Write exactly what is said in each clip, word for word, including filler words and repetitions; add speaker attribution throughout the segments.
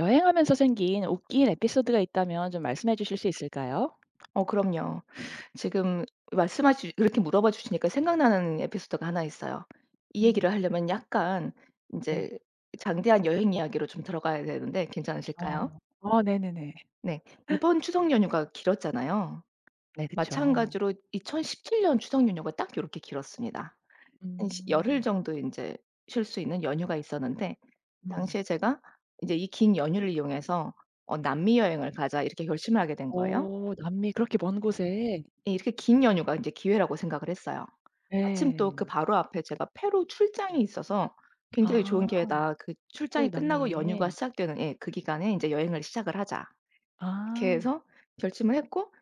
Speaker 1: 여행하면서 생긴 웃긴 에피소드가 있다면 좀 말씀해 주실 수 있을까요?
Speaker 2: 어 그럼요. 지금 말씀하 시 그렇게 물어봐 주시니까 생각나는 에피소드가 하나 있어요. 이
Speaker 1: 음
Speaker 2: 얘기를 하려면 약간 이
Speaker 1: 네.
Speaker 2: 제 장대한 여행 이야기로 좀 들어가야 되는데
Speaker 1: 어.
Speaker 2: 괜찮으실까요?
Speaker 1: 어, 네네네.
Speaker 2: 네. 이번 추석 연휴가 길었잖아요.
Speaker 1: 네 그쵸.
Speaker 2: 마찬가지로 이천십칠 년 추석 연휴가 딱 이렇게 길었습니다. 한 시 열흘
Speaker 1: 음.
Speaker 2: 정도 이제 쉴 수 있는 연휴가 있었는데
Speaker 1: 음.
Speaker 2: 당시에 제가 이제 '이 긴 연휴를 이용해서 어 남미 여행을 가자.' 이렇게 결심을 하게 된 거예요.
Speaker 1: 어 남미 그렇게 먼 곳에.
Speaker 2: 예, 이렇게 긴 연휴가 이제 기회라고 생각을 했어요. 마침 또 그
Speaker 1: 네.
Speaker 2: 바로 앞에 제가 페루 출장이 있어서 '굉장히 좋은
Speaker 1: 아
Speaker 2: 기회다. 그
Speaker 1: 또
Speaker 2: 출장이 끝나고
Speaker 1: 남미에.
Speaker 2: 연휴가 시작되는 예 그 기간에 이제 여행을 시작을 하자.' 이렇게
Speaker 1: 아.
Speaker 2: 해서 결심을 했고,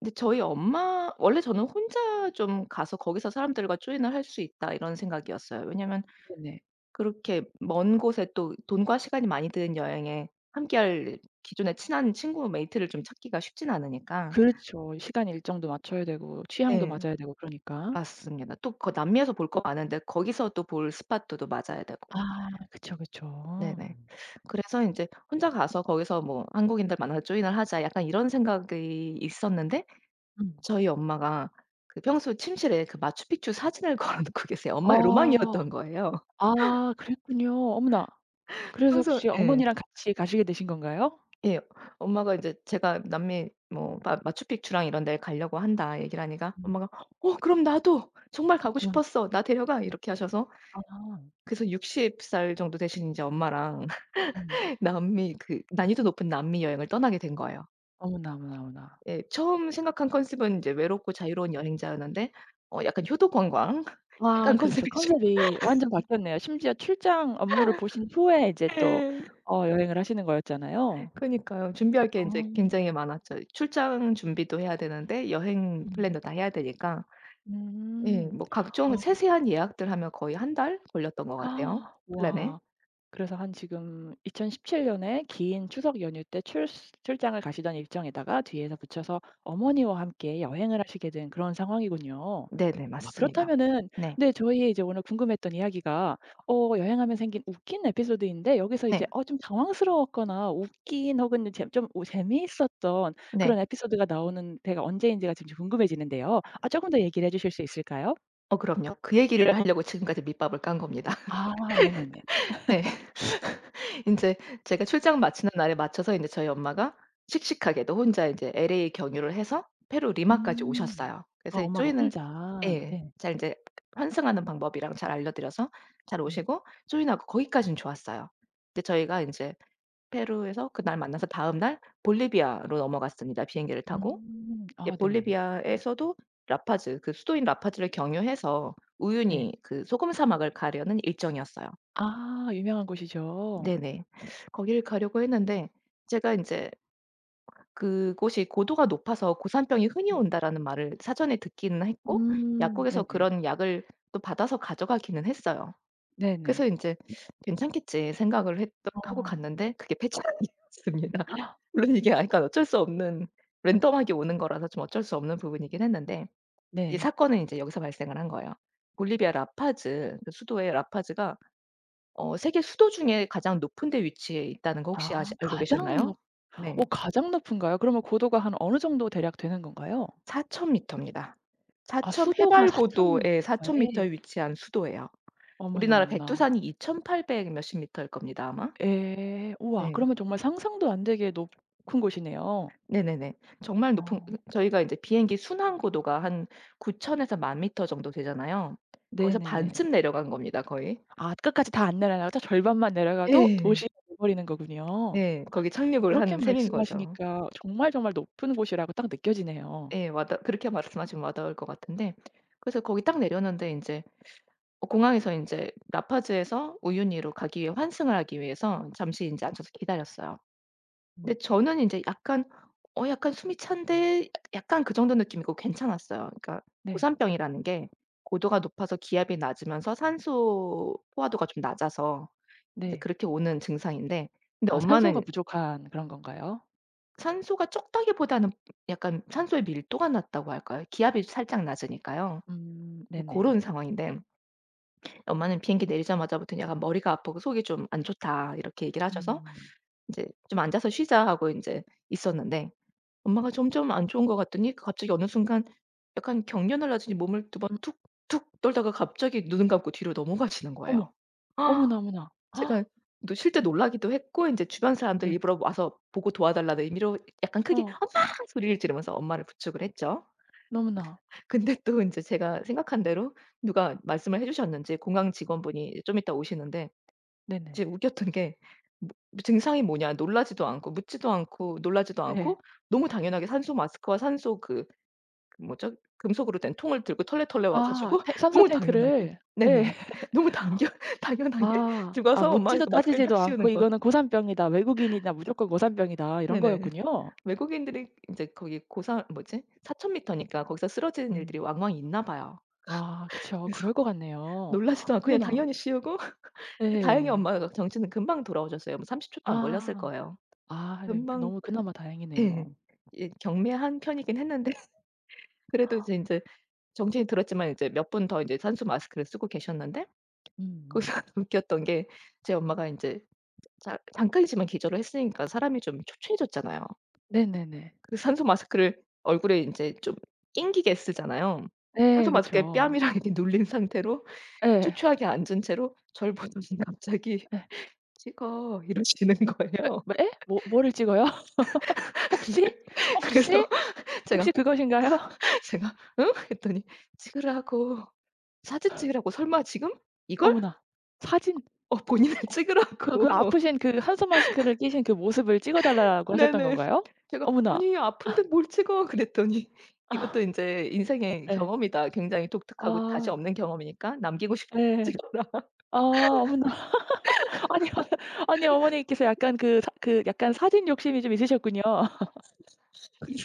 Speaker 2: 근데 저희 엄마 원래 저는 '혼자 좀 가서 거기서 사람들과 조인을 할 수 있다.' 이런 생각이었어요. 왜냐면
Speaker 1: 네네.
Speaker 2: 그렇게 먼 곳에 또 돈과 시간이 많이 드는 여행에 함께할 기존에 친한 친구 메이트를 좀 찾기가 쉽진 않으니까.
Speaker 1: 그렇죠. 시간 일정도 맞춰야 되고 취향도
Speaker 2: 예,
Speaker 1: 맞아야 되고 그러니까.
Speaker 2: 맞습니다. 또 그 남미에서 볼 거 많은데 거기서 또 볼 스팟도 또 맞아야
Speaker 1: 아
Speaker 2: 되고.
Speaker 1: 그쵸, 그쵸.
Speaker 2: 네네. 그래서 인제 '혼자 가서 거기서 뭐 한국인들 만나서 조인을 하자.' 약간 이런 생각이 있었는데,
Speaker 1: 음.
Speaker 2: 저희 엄마가 그 평소 침실에 그 마추픽추 사진을 걸어 놓고 계세요. 엄마의
Speaker 1: 어.
Speaker 2: 로망이었던 거예요.
Speaker 1: 아 그랬군요. 어머나. 그래서
Speaker 2: 평소
Speaker 1: 혹시
Speaker 2: 예.
Speaker 1: 어머니랑 같이 가시게 되신 건가요?
Speaker 2: 예. 엄마가 인제 제가 남미 뭐 마 "마추픽추랑 이런 데를 가려고 한다." 얘기를 하니까 엄마가 "어 그럼 나도. 정말 가고
Speaker 1: 어머나.
Speaker 2: 싶었어. 나 데려가." 이렇게 하셔서,
Speaker 1: 아.
Speaker 2: 그래서 육십 살 정도 되신 인제 엄마랑
Speaker 1: 음.
Speaker 2: 남미 그 난이도 높은 남미 여행을 떠나게 된 거예요.
Speaker 1: 어머나, 어머나, 어머나.
Speaker 2: 예. 처음 생각한 컨셉은 인제 외롭고 자유로운 여행자였는데 어 약간 효도 관광
Speaker 1: 와
Speaker 2: 약간
Speaker 1: 그렇죠.
Speaker 2: 컨셉이죠.
Speaker 1: 컨셉이 완전 바뀌었네요. 심지어 출장 업무를 보신 후에 이제 또
Speaker 2: 예.
Speaker 1: 어 여행을 하시는 거였잖아요.
Speaker 2: 그니까요. 준비할 게
Speaker 1: 아.
Speaker 2: 인제 굉장히 많았죠. 출장 준비도 해야 되는데 여행
Speaker 1: 음.
Speaker 2: 플랜도 다 해야 되니까 예
Speaker 1: 음.
Speaker 2: 뭐
Speaker 1: 아
Speaker 2: 각종
Speaker 1: 그
Speaker 2: 세세한 예약들 하면 거의 한 달 걸렸던 것 같아요, 플랜에.
Speaker 1: 와. 그래서 한 지금 이천십칠 년에 긴 추석 연휴 때 출스 출장을 가시던 일정에다가 뒤에서 붙여서 어머니와 함께 여행을 하시게 된 그런 상황이군요.
Speaker 2: 네네.
Speaker 1: 아
Speaker 2: 맞습니다.
Speaker 1: 그렇다면은
Speaker 2: 네.
Speaker 1: 네 저희의 이제 오늘 궁금했던 이야기가 어 여행하면 생긴 웃긴 에피소드인데 여기서 이제
Speaker 2: 네.
Speaker 1: 어 좀 당황스러웠거나 웃긴 혹은 이제 좀 오 재미있었던
Speaker 2: 네.
Speaker 1: 그런 에피소드가 나오는 때가 언제인지가 지금 궁금해지는데요. 아금더 얘기를 해 주실 수 있을까요?
Speaker 2: 어 그럼요. 그 얘기를 하려고 지금까지 밑밥을 깐 겁니다.
Speaker 1: 아 네네네.
Speaker 2: 네. 인제 제가 출장 마치는 날에 맞춰서 인제 저희 엄마가 씩씩하게도 혼자 인제 엘에이 경유를 해서 페루 리마까지
Speaker 1: 음.
Speaker 2: 오셨어요.
Speaker 1: 아
Speaker 2: 그래서 이
Speaker 1: 엄마가
Speaker 2: 조인을
Speaker 1: 혼자.
Speaker 2: 예.
Speaker 1: 네.
Speaker 2: 잘 인제 환승하는 방법이랑 잘 알려 드려서 잘
Speaker 1: 음.
Speaker 2: 오시고 조인하고 거기까진 좋았어요. 근데 저희가 인제 페루에서 그날 만나서 다음 날 볼리비아로 넘어갔습니다, 비행기를 타고.
Speaker 1: 음.
Speaker 2: 예
Speaker 1: 아 네네.
Speaker 2: 볼리비아에서도 라파즈, 그 수도인 라파즈를 경유해서
Speaker 1: 네.
Speaker 2: 우유니 그 소금 사막을 가려는 일정이었어요.
Speaker 1: 아 유명한 곳이죠.
Speaker 2: 네네. 거기를 가려고 했는데 제가 인제 그곳이 "고도가 높아서 고산병이 흔히
Speaker 1: 음.
Speaker 2: 온다."라는 말을 사전에 듣기는 했고
Speaker 1: 음
Speaker 2: 약국에서
Speaker 1: 네네.
Speaker 2: 그런 약을 또 받아서 가져가기는 했어요.
Speaker 1: 네네.
Speaker 2: 그래서 인제 '괜찮겠지.' 생각을 했던 하고
Speaker 1: 어.
Speaker 2: 갔는데, 그게 폐차약이었습니다.
Speaker 1: 아,
Speaker 2: 물론 이게 아 그러니까 어쩔 수 없는 랜덤하게 오는 거라서 좀 어쩔 수 없는 부분이긴 했는데 이
Speaker 1: 네.
Speaker 2: 사건은 인제 여기서 발생을 한 거예요. 볼리비아 라파즈, 그 수도의 라파즈가 어 세계 수도 중에 가장 높은 데 위치해 있다는 거 혹시
Speaker 1: 아
Speaker 2: 아시 알고
Speaker 1: 가장
Speaker 2: 계셨나요?
Speaker 1: 높
Speaker 2: 네.
Speaker 1: 어 가장 높은가요? 그러면 고도가 한 어느 정도 대략 되는 건가요?
Speaker 2: 사천 미터 미터입니다.
Speaker 1: 아
Speaker 2: 사천
Speaker 1: 수도가 사천
Speaker 2: 해발고도 에사천
Speaker 1: 미터에.
Speaker 2: 미터에 위치한 수도예요.
Speaker 1: 어머나,
Speaker 2: 우리나라
Speaker 1: 어머나.
Speaker 2: 백두산이 이천팔백 몇십 미터일 겁니다 아마.
Speaker 1: 에, 우와
Speaker 2: 네.
Speaker 1: 그러면 정말 상상도 안 되게 높은 곳이네요.
Speaker 2: 네네네. 정말 높은
Speaker 1: 어
Speaker 2: 으 저희가 이제 비행기 순항 고도가 한 구천 에서 일 공 공 공 미터 정도 되잖아요. 거기서
Speaker 1: 네네네.
Speaker 2: 반쯤 내려간 겁니다 거의.
Speaker 1: 아 끝까지 다 안 내려가도 절반만 내려가도
Speaker 2: 예.
Speaker 1: 도시가 돼 버리는 거군요.
Speaker 2: 예. 거기
Speaker 1: 어
Speaker 2: 착륙을
Speaker 1: 그렇게
Speaker 2: 한 셈인 거죠.
Speaker 1: 말씀하시니까 정말, 정말 높은 곳이라고 딱 느껴지네요.
Speaker 2: 예. 와닿 그렇게 말씀하시면 와닿을 것 같은데, 그래서 거기 딱 내렸는데 인제 어 공항에서 이제 라파즈에서 우유니로 가기 위해 환승을 하기 위해서 잠시 인제 앉아서 기다렸어요.
Speaker 1: 음
Speaker 2: 근데 저는 인제 약간 '어 약간 숨이 찬데.' 약간 그 정도 느낌이고 괜찮았어요. 그러니까
Speaker 1: 네.
Speaker 2: 고산병이라는 게 고도가 높아서 기압이 낮으면서 산소 포화도가 좀 낮아서 이제
Speaker 1: 네.
Speaker 2: 그렇게 오는 증상인데, 근데
Speaker 1: 아 산소가
Speaker 2: 엄마는
Speaker 1: 부족한 그런 건가요?
Speaker 2: 산소가 적다기보다는 약간 산소의 밀도가 낮다고 할까요? 기압이 살짝 낮으니까요.
Speaker 1: 음
Speaker 2: 그
Speaker 1: 네네.
Speaker 2: 고런 상황인데 엄마는 비행기 내리자마자부터 약간 "머리가 아프고 속이 좀 안 좋다." 이렇게 얘기를 하셔서
Speaker 1: 음.
Speaker 2: 이제 "좀 앉아서 쉬자." 하고 인제 있었는데, 엄마가 점점 안 좋은 것 같더니 갑자기 어느 순간 약간 경련을 하시니 몸을 두 번
Speaker 1: 음
Speaker 2: 툭툭 떨다가 갑자기 눈 감고 뒤로 넘어가시는 거예요.
Speaker 1: 어머. 어머나, 어머나. 아,
Speaker 2: 제가 또 실제 놀라기도 했고 인제 주변 사람들
Speaker 1: 네.
Speaker 2: 일부러 와서 보고 도와달라는 의미로 약간 크게
Speaker 1: 어.
Speaker 2: "엄마!" 소리를 지르면서 엄마를 부축을 했죠.
Speaker 1: 너무나.
Speaker 2: 근데 또 인제 제가 생각한 대로 누가 말씀을 해 주셨는지 공항 직원분이 좀 이따 오시는데
Speaker 1: 네네.
Speaker 2: 이제 웃겼던 게 뭐 증상이 뭐냐 놀라지도 않고 묻지도 않고 놀라지도
Speaker 1: 예.
Speaker 2: 않고 너무 당연하게 산소 마스크와 산소 그 그 뭐죠? 금속으로 된 통을 들고 털레털레 와
Speaker 1: 아
Speaker 2: 가지고
Speaker 1: 태 산소
Speaker 2: 너무 당연하게
Speaker 1: 탱크를
Speaker 2: 네네.
Speaker 1: 예.
Speaker 2: 너무 당겨 당연하게
Speaker 1: 아.
Speaker 2: 들고
Speaker 1: 아
Speaker 2: 와서
Speaker 1: 묻지도
Speaker 2: 엄마한테 마스크를 딱
Speaker 1: 따지지도 않고
Speaker 2: 씌우는 거.
Speaker 1: '이거는 고산병이다. 외국인이다. 무조건 고산병이다.' 이런
Speaker 2: 네네.
Speaker 1: 거였군요.
Speaker 2: 외국인들이 이제 거기 고사 뭐지? 사천 미터니까 거기서 쓰러지는 일들이
Speaker 1: 음.
Speaker 2: 왕왕 있나 봐요.
Speaker 1: 아 그쵸.
Speaker 2: 그래서
Speaker 1: 그럴 것 같네요.
Speaker 2: 놀라지도 않고 그냥
Speaker 1: 어머나.
Speaker 2: 당연히 씌우고 다행히
Speaker 1: 예.
Speaker 2: 엄마가 정신은 금방 돌아오셨어요. 뭐 삼십 초도 안 걸렸을
Speaker 1: 아.
Speaker 2: 거예요.
Speaker 1: 아 네. 그
Speaker 2: 금방
Speaker 1: 너무 그나마 다행이네요.
Speaker 2: 예. 예 경매한 편이긴 했는데 그래도 이제 인제 정신이 들었지만 이제 몇 분 더 이제 산수 마스크를 쓰고 계셨는데, 거기서
Speaker 1: 음음.
Speaker 2: 웃겼던 게 제 엄마가 인제 자 잠깐이지만 기절을 했으니까 사람이 좀 초췌해졌잖아요.
Speaker 1: 네네네.
Speaker 2: 그 산소 마스크를 얼굴에 인제 좀 낑기게 쓰잖아요.
Speaker 1: 예
Speaker 2: 산소 마스크에
Speaker 1: 그쵸.
Speaker 2: 뺨이랑 이렇게 눌린 상태로
Speaker 1: 예.
Speaker 2: 초췌하게 앉은 채로 저를 보더니 갑자기
Speaker 1: 예.
Speaker 2: "찍어." 이러시는
Speaker 1: 예
Speaker 2: 거예요.
Speaker 1: 뭐 예? 뭐 뭐를 찍어요? 혹시?
Speaker 2: 그래서
Speaker 1: 혹시?
Speaker 2: 제가
Speaker 1: 혹시 그것인가요?
Speaker 2: 제가 "응?" 했더니 찍으라고. 사진 찍으라고. "설마 지금? 이걸?"
Speaker 1: 어머나. 사진
Speaker 2: 어 본인을
Speaker 1: 그 그
Speaker 2: 찍으라고.
Speaker 1: 아프신 그 한손 마스크를 끼신 그 모습을 찍어 달라고 하셨던
Speaker 2: 네네.
Speaker 1: 건가요?
Speaker 2: 제가
Speaker 1: 어머나.
Speaker 2: "아니 아픈데 뭘 찍어." 그랬더니 이것도
Speaker 1: 아
Speaker 2: 인제 인생의
Speaker 1: 예.
Speaker 2: 경험이다. 굉장히 독특하고 다시
Speaker 1: 아
Speaker 2: 없는 경험이니까 "남기고 싶으면
Speaker 1: 예.
Speaker 2: 찍어라."
Speaker 1: 아 어머나. 아니 아니 어머니께서 약간 그 사 그 약간 사진 욕심이 좀 있으셨군요.
Speaker 2: 그래서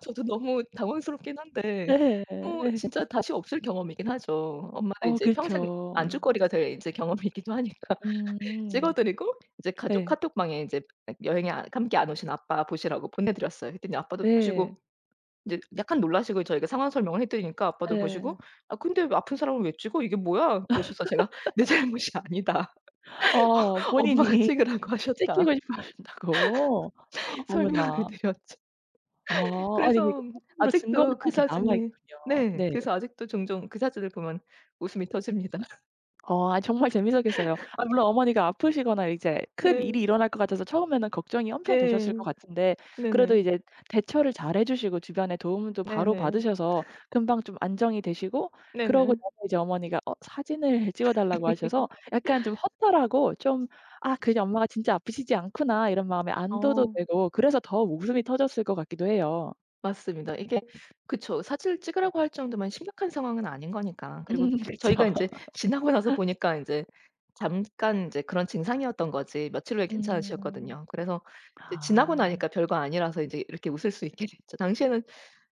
Speaker 2: 저도 너무 당황스럽긴 한데
Speaker 1: 예.
Speaker 2: 뭐
Speaker 1: 예.
Speaker 2: 진짜 다시 없을 경험이긴 하죠. 엄마도
Speaker 1: 어
Speaker 2: 인제 평생
Speaker 1: 그렇죠.
Speaker 2: 안주거리가 될 인제 경험이기도 하니까.
Speaker 1: 음.
Speaker 2: 찍어 드리고 이제 가족
Speaker 1: 네.
Speaker 2: 카톡방에 이제 여행에 아 함께 안 오신 아빠 보시라고 보내 드렸어요. 그랬더니 아빠도
Speaker 1: 네.
Speaker 2: 보시고 이제 약간 놀라시고 저희가 상황 설명을 해 드리니까 아빠도
Speaker 1: 예.
Speaker 2: 보시고 "아 근데 왜 아픈 사람을 왜 찍어? 이게 뭐야?" 그러셔서 제가 "내 잘못이 아니다.
Speaker 1: 어
Speaker 2: 엄마가
Speaker 1: 본인이
Speaker 2: 찍으라고 하셨다."
Speaker 1: 찍히고 싶어 하신다고?
Speaker 2: 설명을
Speaker 1: 어머나.
Speaker 2: 드렸죠.
Speaker 1: 아 아니 그게
Speaker 2: 그래서
Speaker 1: 사진으로 증거가
Speaker 2: 아직도
Speaker 1: 딱
Speaker 2: 그
Speaker 1: 이렇게 남아
Speaker 2: 사진이
Speaker 1: 있군요.
Speaker 2: 네.
Speaker 1: 네.
Speaker 2: 그래서 아직도 종종 그 사진을 보면 웃음이 터집니다.
Speaker 1: 어 아 정말 재미있었겠어요. 아 물론 어머니가 아프시거나 이제 큰 일이
Speaker 2: 네.
Speaker 1: 일어날 것 같아서 처음에는 걱정이 엄청
Speaker 2: 예.
Speaker 1: 되셨을 것 같은데 그래도
Speaker 2: 네네.
Speaker 1: 이제 대처를 잘해 주시고 주변의 도움도
Speaker 2: 네네.
Speaker 1: 바로
Speaker 2: 네네.
Speaker 1: 받으셔서 금방 좀 안정이 되시고 그러고 나서 이제 어머니가 어 사진을 찍어 달라고
Speaker 2: 네네.
Speaker 1: 하셔서 약간 좀 허탈하고 좀 '아 그냥 엄마가 진짜 아프시지 않구나.' 이런 마음에 안도도
Speaker 2: 어.
Speaker 1: 되고 그래서 더 웃음이 터졌을 것 같기도 해요.
Speaker 2: 맞습니다. 이게 그쵸. 사진을 찍으라고 할 정도면 심각한 상황은 아닌 거니까. 그리고
Speaker 1: 음 그렇
Speaker 2: 저희가 인제 지나고 나서 보니까 인제 잠깐 인제 그런 증상이었던 거지 며칠 후에
Speaker 1: 음.
Speaker 2: 괜찮아지셨거든요. 그래서 이제 지나고
Speaker 1: 아.
Speaker 2: 나니까 별거 아니라서 이제 이렇게 웃을 수 있게 됐죠. 당시에는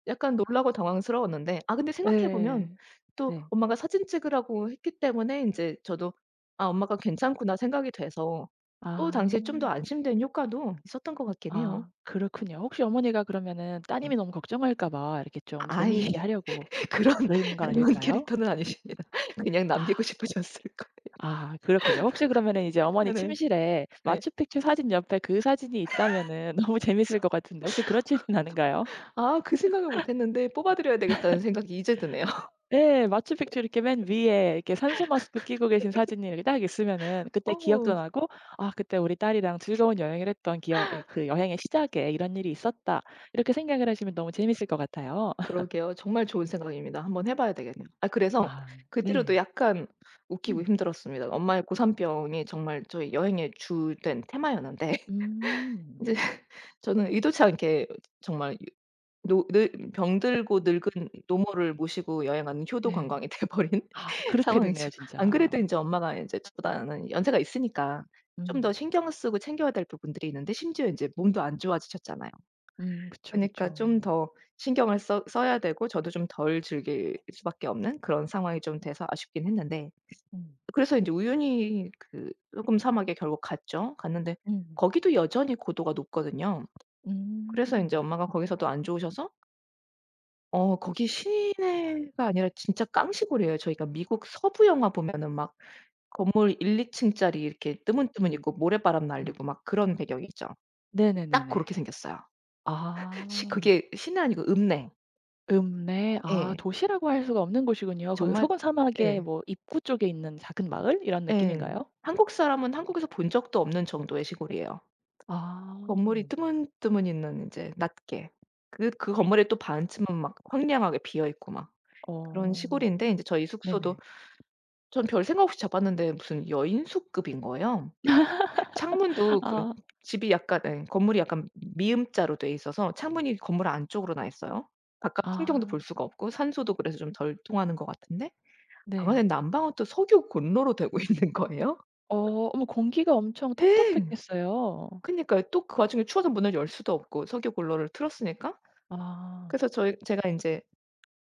Speaker 2: 약간 놀라고 당황스러웠는데 아 근데 생각해 보면
Speaker 1: 네.
Speaker 2: 또
Speaker 1: 네.
Speaker 2: 엄마가 사진 찍으라고 했기 때문에 인제 저도 '아 엄마가 괜찮구나.' 생각이 돼서 또 당시에 좀
Speaker 1: 아.
Speaker 2: 더 안심된 효과도 있었던 것 같긴 해요.
Speaker 1: 아 그렇군요. 혹시 어머니가 그러면은
Speaker 2: 네.
Speaker 1: 따님이 너무 걱정할까 봐 이렇게 좀
Speaker 2: 아이
Speaker 1: 재미있게 하려고
Speaker 2: 그런
Speaker 1: 그런 건
Speaker 2: 그런
Speaker 1: 아닐까요?
Speaker 2: 캐릭터는 아니십니다. 그냥
Speaker 1: 아.
Speaker 2: 남기고 싶으셨을 거예요.
Speaker 1: 아 그렇군요. 혹시 그러면은 이제 어머니
Speaker 2: 네네.
Speaker 1: 침실에
Speaker 2: 네.
Speaker 1: 마추픽추 사진 옆에 그 사진이 있다면은 너무 재밌을 것 같은데 혹시 그렇지는 않은가요?
Speaker 2: 아 그 생각을 못 했는데 '뽑아 드려야 되겠다.'는 생각이 이제 드네요.
Speaker 1: 네 마추픽추 이렇게 맨 위에 이렇게 산소 마스크 끼고 계신 사진이 이렇게 딱 있으면은 그때 기억도
Speaker 2: 어
Speaker 1: 나고 '아 그때 우리 딸이랑 즐거운 여행을 했던 기억 그 여행의 시작에 이런 일이 있었다.' 이렇게 생각을 하시면 너무 재밌을 것 같아요.
Speaker 2: 그러게요. 정말 좋은 생각입니다. 한번 해 봐야 되겠네요. 아 그래서
Speaker 1: 아
Speaker 2: 그 뒤로도
Speaker 1: 네.
Speaker 2: 약간 웃기고
Speaker 1: 음.
Speaker 2: 힘들었습니다. 엄마의 고산병이 정말 저희 여행의 주된 테마였는데 인제
Speaker 1: 음.
Speaker 2: 저는 의도치 않게 정말 노 늙 병들고 늙은 노모를 모시고 여행하는 효도
Speaker 1: 네.
Speaker 2: 관광이 돼 버린
Speaker 1: 아 그렇게
Speaker 2: 상황이죠.
Speaker 1: 됐네요
Speaker 2: 안
Speaker 1: 진짜.
Speaker 2: 그래도 인제 엄마가 인제 저보다는 연세가 있으니까 좀 더
Speaker 1: 음.
Speaker 2: 신경을 쓰고 챙겨야 될 부분들이 있는데 심지어 인제 몸도 안 좋아지셨잖아요.
Speaker 1: 음 그쵸,
Speaker 2: 그러니까
Speaker 1: 그쵸.
Speaker 2: 좀
Speaker 1: 음.
Speaker 2: 더 신경을 써 써야 되고 저도 좀 덜 즐길 수밖에 없는 그런 상황이 좀 돼서 아쉽긴 했는데,
Speaker 1: 음.
Speaker 2: 그래서 인제 우연히 그 소금 사막에 결국 갔죠. 갔는데
Speaker 1: 음.
Speaker 2: 거기도 여전히 고도가 높거든요. 그래서 인제
Speaker 1: 음.
Speaker 2: 엄마가 거기서도 안 좋으셔서 어 거기 시내가 아니라 진짜 깡시골이에요. 저희가 미국 서부 영화 보면은 막 건물 일이 층짜리 이렇게 뜨문뜨문
Speaker 1: 음.
Speaker 2: 있고 모래바람
Speaker 1: 음.
Speaker 2: 날리고 막 그런 배경이죠. 딱
Speaker 1: 네네네네.
Speaker 2: 고렇게 생겼어요. 시
Speaker 1: 아.
Speaker 2: 그게 시내 아니고 읍내.
Speaker 1: 읍내. 아
Speaker 2: 예.
Speaker 1: 도시라고 할 수가 없는 곳이군요. 그
Speaker 2: 정말
Speaker 1: 서군 사막의
Speaker 2: 예.
Speaker 1: 뭐 입구 쪽에 있는 작은 마을 이런
Speaker 2: 예.
Speaker 1: 느낌인가요?
Speaker 2: 한국 사람은 한국에서 본 적도 없는 정도의 시골이에요.
Speaker 1: 아.
Speaker 2: 건물이 뜨문뜨문 있는 인제 낮게. 그 그 건물에 또 반쯤은 막 황량하게 비어 있고 막 그런
Speaker 1: 어.
Speaker 2: 시골인데 인제 저희 숙소도
Speaker 1: 네네.
Speaker 2: 전 별 생각 없이 잡았는데 무슨 여인숙급인 거예요. 창문도 그
Speaker 1: 아.
Speaker 2: 집이 약간 예 건물이 약간 미음자로 돼 있어서 창문이 건물 안쪽으로 나 있어요. 바깥 풍경도
Speaker 1: 아.
Speaker 2: 볼 수가 없고 산소도 그래서 좀 덜 통하는 것 같은데 방 안에
Speaker 1: 네.
Speaker 2: 난방은 또 석유 곤로로 되고 있는 거예요.
Speaker 1: 어. 어머 공기가 엄청
Speaker 2: 예.
Speaker 1: 텁텁했겠어요.
Speaker 2: 그니까요. 또 그 와중에 추워서 문을 열 수도 없고 석유 곤로를 틀었으니까.
Speaker 1: 아.
Speaker 2: 그래서 저희 제가 인제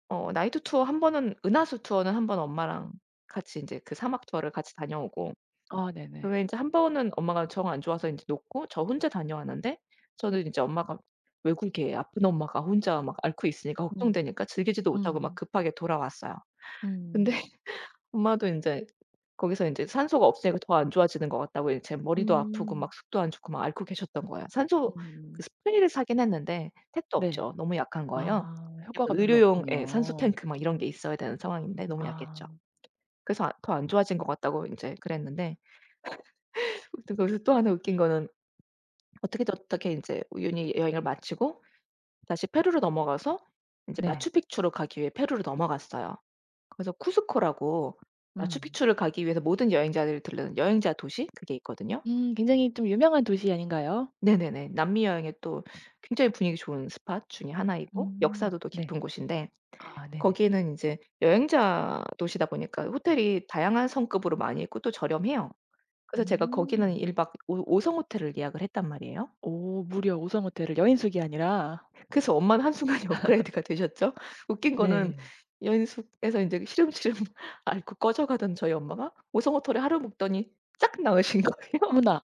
Speaker 2: 어 나이트 투어 한 번은 은하수 투어는 한 번 엄마랑 같이 인제 그 사막 투어를 같이 다녀오고
Speaker 1: 아 네네.
Speaker 2: 왜 인제 한 번은 엄마가 정 안 좋아서 인제 놓고 저 혼자 다녀왔는데, 저는 인제 엄마가 외국에 아픈 엄마가 혼자 막 앓고 있으니까
Speaker 1: 음.
Speaker 2: 걱정되니까 즐기지도 못하고 막
Speaker 1: 음.
Speaker 2: 급하게 돌아왔어요. 근데
Speaker 1: 음.
Speaker 2: 엄마도 인제 거기서 인제 산소가 없으니까 더 안 좋아지는 것 같다고 이제 머리도 아프고
Speaker 1: 음.
Speaker 2: 막 속도 안 좋고 막 앓고 계셨던 거예요. 산소 그
Speaker 1: 음.
Speaker 2: 스프레이를 사긴 했는데 택도
Speaker 1: 네.
Speaker 2: 없죠. 너무 약한 거예요.
Speaker 1: 아 효과가
Speaker 2: 약간
Speaker 1: 별로
Speaker 2: 의료용 예 산소
Speaker 1: 없군요.
Speaker 2: 탱크 막 이런 게 있어야 되는 상황인데 너무
Speaker 1: 아
Speaker 2: 약했죠. 그래서 아 더 안 좋아진 것 같다고 인제 그랬는데, 또 거기서 또 하나 웃긴 거는 어떻게든 어떻게 인제 우연히 여행을 마치고 다시 페루로 넘어가서 인제
Speaker 1: 네.
Speaker 2: 마추픽추로 가기 위해 페루로 넘어갔어요. 그래서 쿠스코라고,
Speaker 1: 음.
Speaker 2: 마추픽추를 가기 위해서 모든 여행자들이 들르는 여행자 도시 그게 있거든요.
Speaker 1: 음 굉장히 좀 유명한 도시 아닌가요?
Speaker 2: 네네네. 남미 여행의 또 굉장히 분위기 좋은 스팟 중에 하나이고
Speaker 1: 음
Speaker 2: 역사도 또
Speaker 1: 네.
Speaker 2: 깊은 곳인데,
Speaker 1: 아 네네.
Speaker 2: 거기는 인제 여행자 도시다 보니까 호텔이 다양한 성급으로 많이 있고 또 저렴해요. 그래서 제가 거기는
Speaker 1: 음.
Speaker 2: 일 박 오 5 성호텔을 예약을 했단 말이에요.
Speaker 1: 오 무려 오 성 호텔을 여인숙이 아니라
Speaker 2: 그래서 엄마는 한순간에 업그레이드가 되셨죠. 웃긴 거는
Speaker 1: 네.
Speaker 2: 연숙에서 인제 시름시름 앓고 꺼져가던 저희 엄마가 오성어털에 하루 묵더니 짝 나으신 거예요.
Speaker 1: 어머나.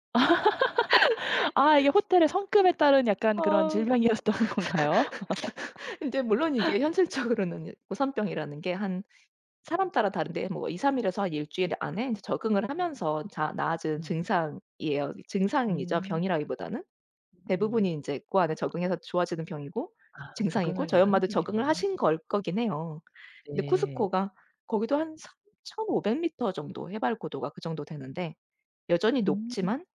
Speaker 1: 아 이게 호텔의 성급에 따른 약간 그런
Speaker 2: 아
Speaker 1: 질병이었던 건가요?
Speaker 2: 인제 물론 이게 현실적으로는 고산병이라는 게 한 사람 따라 다른데 뭐 이에서 삼 일에서 한 일 주일 안에 인제 적응을 하면서 자 나아지는
Speaker 1: 음.
Speaker 2: 증상이에요. 증상이죠.
Speaker 1: 음.
Speaker 2: 병이라기보다는.
Speaker 1: 음.
Speaker 2: 대부분이 인제 그 안에 적응해서 좋아지는 병이고
Speaker 1: 아
Speaker 2: 증상이고
Speaker 1: 적응을 다
Speaker 2: 저희 엄마도 적응을
Speaker 1: 하는군요.
Speaker 2: 하신 걸 거긴 해요. 근데
Speaker 1: 네.
Speaker 2: 쿠스코가 거기도 한일 오 공 공 미터 정도 해발 고도가 그 정도 되는데 여전히
Speaker 1: 음.
Speaker 2: 높지만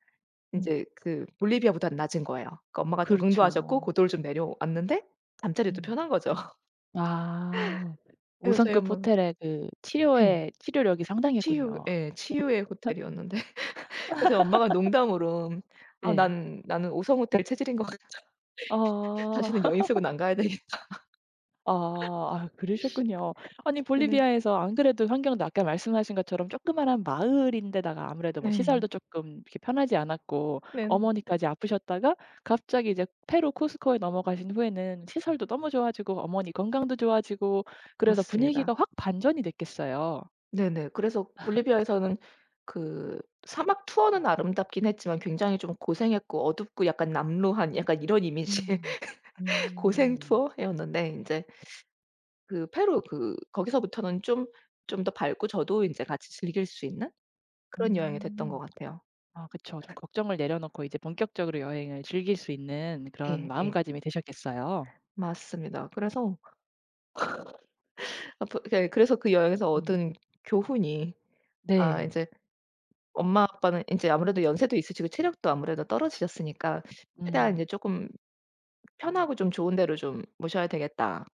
Speaker 1: 음.
Speaker 2: 인제 그 볼리비아보다는 낮은 거예요. 그러니까 엄마가 적응도
Speaker 1: 그렇죠.
Speaker 2: 하셨고 고도를 좀 내려왔는데 잠자리도
Speaker 1: 음.
Speaker 2: 편한 거죠.
Speaker 1: 아. 오
Speaker 2: 그래서 저희
Speaker 1: 성급
Speaker 2: 엄마는
Speaker 1: 호텔의 그
Speaker 2: 예.
Speaker 1: 치료의 치료력이
Speaker 2: 치유
Speaker 1: 상당했군요.
Speaker 2: 예 치유의 호텔이었는데 그래서 엄마가 농담으로 "아
Speaker 1: 네.
Speaker 2: 난 나는 오성 호텔 체질인 것 같아. 다시는
Speaker 1: 아.
Speaker 2: 여인숙은 안 가야 되겠다."
Speaker 1: 아 아 그러셨군요. 아니
Speaker 2: 는
Speaker 1: 볼리비아에서 안 그래도 환경도 아까 말씀하신 것처럼 조그마한 마을인데다가 아무래도 뭐
Speaker 2: 네 네.
Speaker 1: 시설도 쪼끔 이렇게 편하지 않았고
Speaker 2: 네네.
Speaker 1: 어머니까지 아프셨다가 갑자기 이제 페루 쿠스코에 넘어가신 후에는 시설도 너무 좋아지고 어머니 건강도 좋아지고 그래서
Speaker 2: 맞습니다.
Speaker 1: 분위기가 확 반전이 됐겠어요.
Speaker 2: 네네. 그래서 볼리비아에서는 그 사막 투어는 아름답긴 했지만 굉장히 좀 고생했고 어둡고 약간 남루한 약간 이런 이미지의
Speaker 1: 음.
Speaker 2: 고생
Speaker 1: 음.
Speaker 2: 투어였는데 인제 그 페루 그 거기서부터는 좀 좀 더 밝고 저도 인제 같이 즐길 수 있는 그런 여행이 됐던 것
Speaker 1: 음.
Speaker 2: 같아요.
Speaker 1: 아 그쵸. 좀 걱정을 내려놓고 이제 본격적으로 여행을 즐길 수 있는 그런
Speaker 2: 예 예.
Speaker 1: 마음가짐이 되셨겠어요.
Speaker 2: 맞습니다. 그래서 앞으 예 그래서 그 여행에서
Speaker 1: 음.
Speaker 2: 얻은 교훈이 아
Speaker 1: 네.
Speaker 2: 인제 엄마 아빠는 인제 아무래도 연세도 있으시고 체력도 아무래도 떨어지셨으니까 '최대한
Speaker 1: 음.
Speaker 2: 인제 쪼끔 편하고 좀 좋은 데로 좀 모셔야 되겠다.'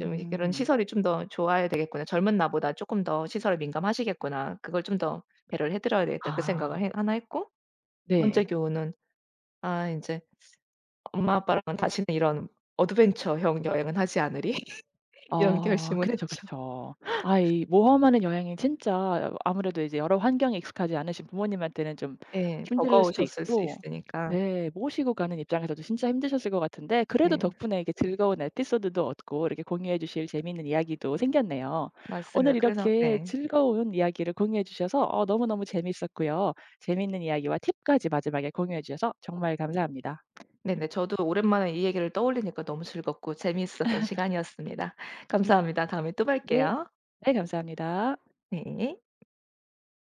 Speaker 2: 좀 이 그런 시설이 좀 더 좋아야 되겠구나. '젊은 나보다 쪼끔 더 시설에 민감하시겠구나. 그걸 좀 더 배려를 해 드려야 되겠다.' 그
Speaker 1: 아.
Speaker 2: 생각을 해 하나 했고, 두
Speaker 1: 네.
Speaker 2: 번째 교훈은 '아 인제 엄마 아빠랑은 다시는 이런 어드벤처형 여행은 하지 않으리.' 이런
Speaker 1: 아
Speaker 2: 결심을
Speaker 1: 그쵸,
Speaker 2: 했죠.
Speaker 1: 그쵸. 아 이 모험하는 여행이 진짜 아무래도 이제 여러 환경에 익숙하지 않으신 부모님한테는 좀
Speaker 2: 예.
Speaker 1: 힘들 수도
Speaker 2: 버거우셨을 수
Speaker 1: 있고
Speaker 2: 있으니까.
Speaker 1: 네 모시고 가는 입장에서도 진짜 힘드셨을 것 같은데 그래도
Speaker 2: 네.
Speaker 1: 덕분에 이게 즐거운 에피소드도 얻고 이렇게 공유해 주실 재미있는 이야기도 생겼네요.
Speaker 2: 맞습니다.
Speaker 1: 오늘
Speaker 2: 그래서
Speaker 1: 이렇게
Speaker 2: 네.
Speaker 1: 즐거운 이야기를 공유해 주셔서 어 너무너무 재미있었고요. 재미있는 이야기와 팁까지 마지막에 공유해 주셔서 정말 감사합니다.
Speaker 2: 네네. 저도 오랜만에 이 얘기를 떠올리니까 너무 즐겁고 재미있었던 시간이었습니다. 감사합니다. 다음에 또
Speaker 1: 네.
Speaker 2: 뵐게요.
Speaker 1: 네 감사합니다.
Speaker 2: 네.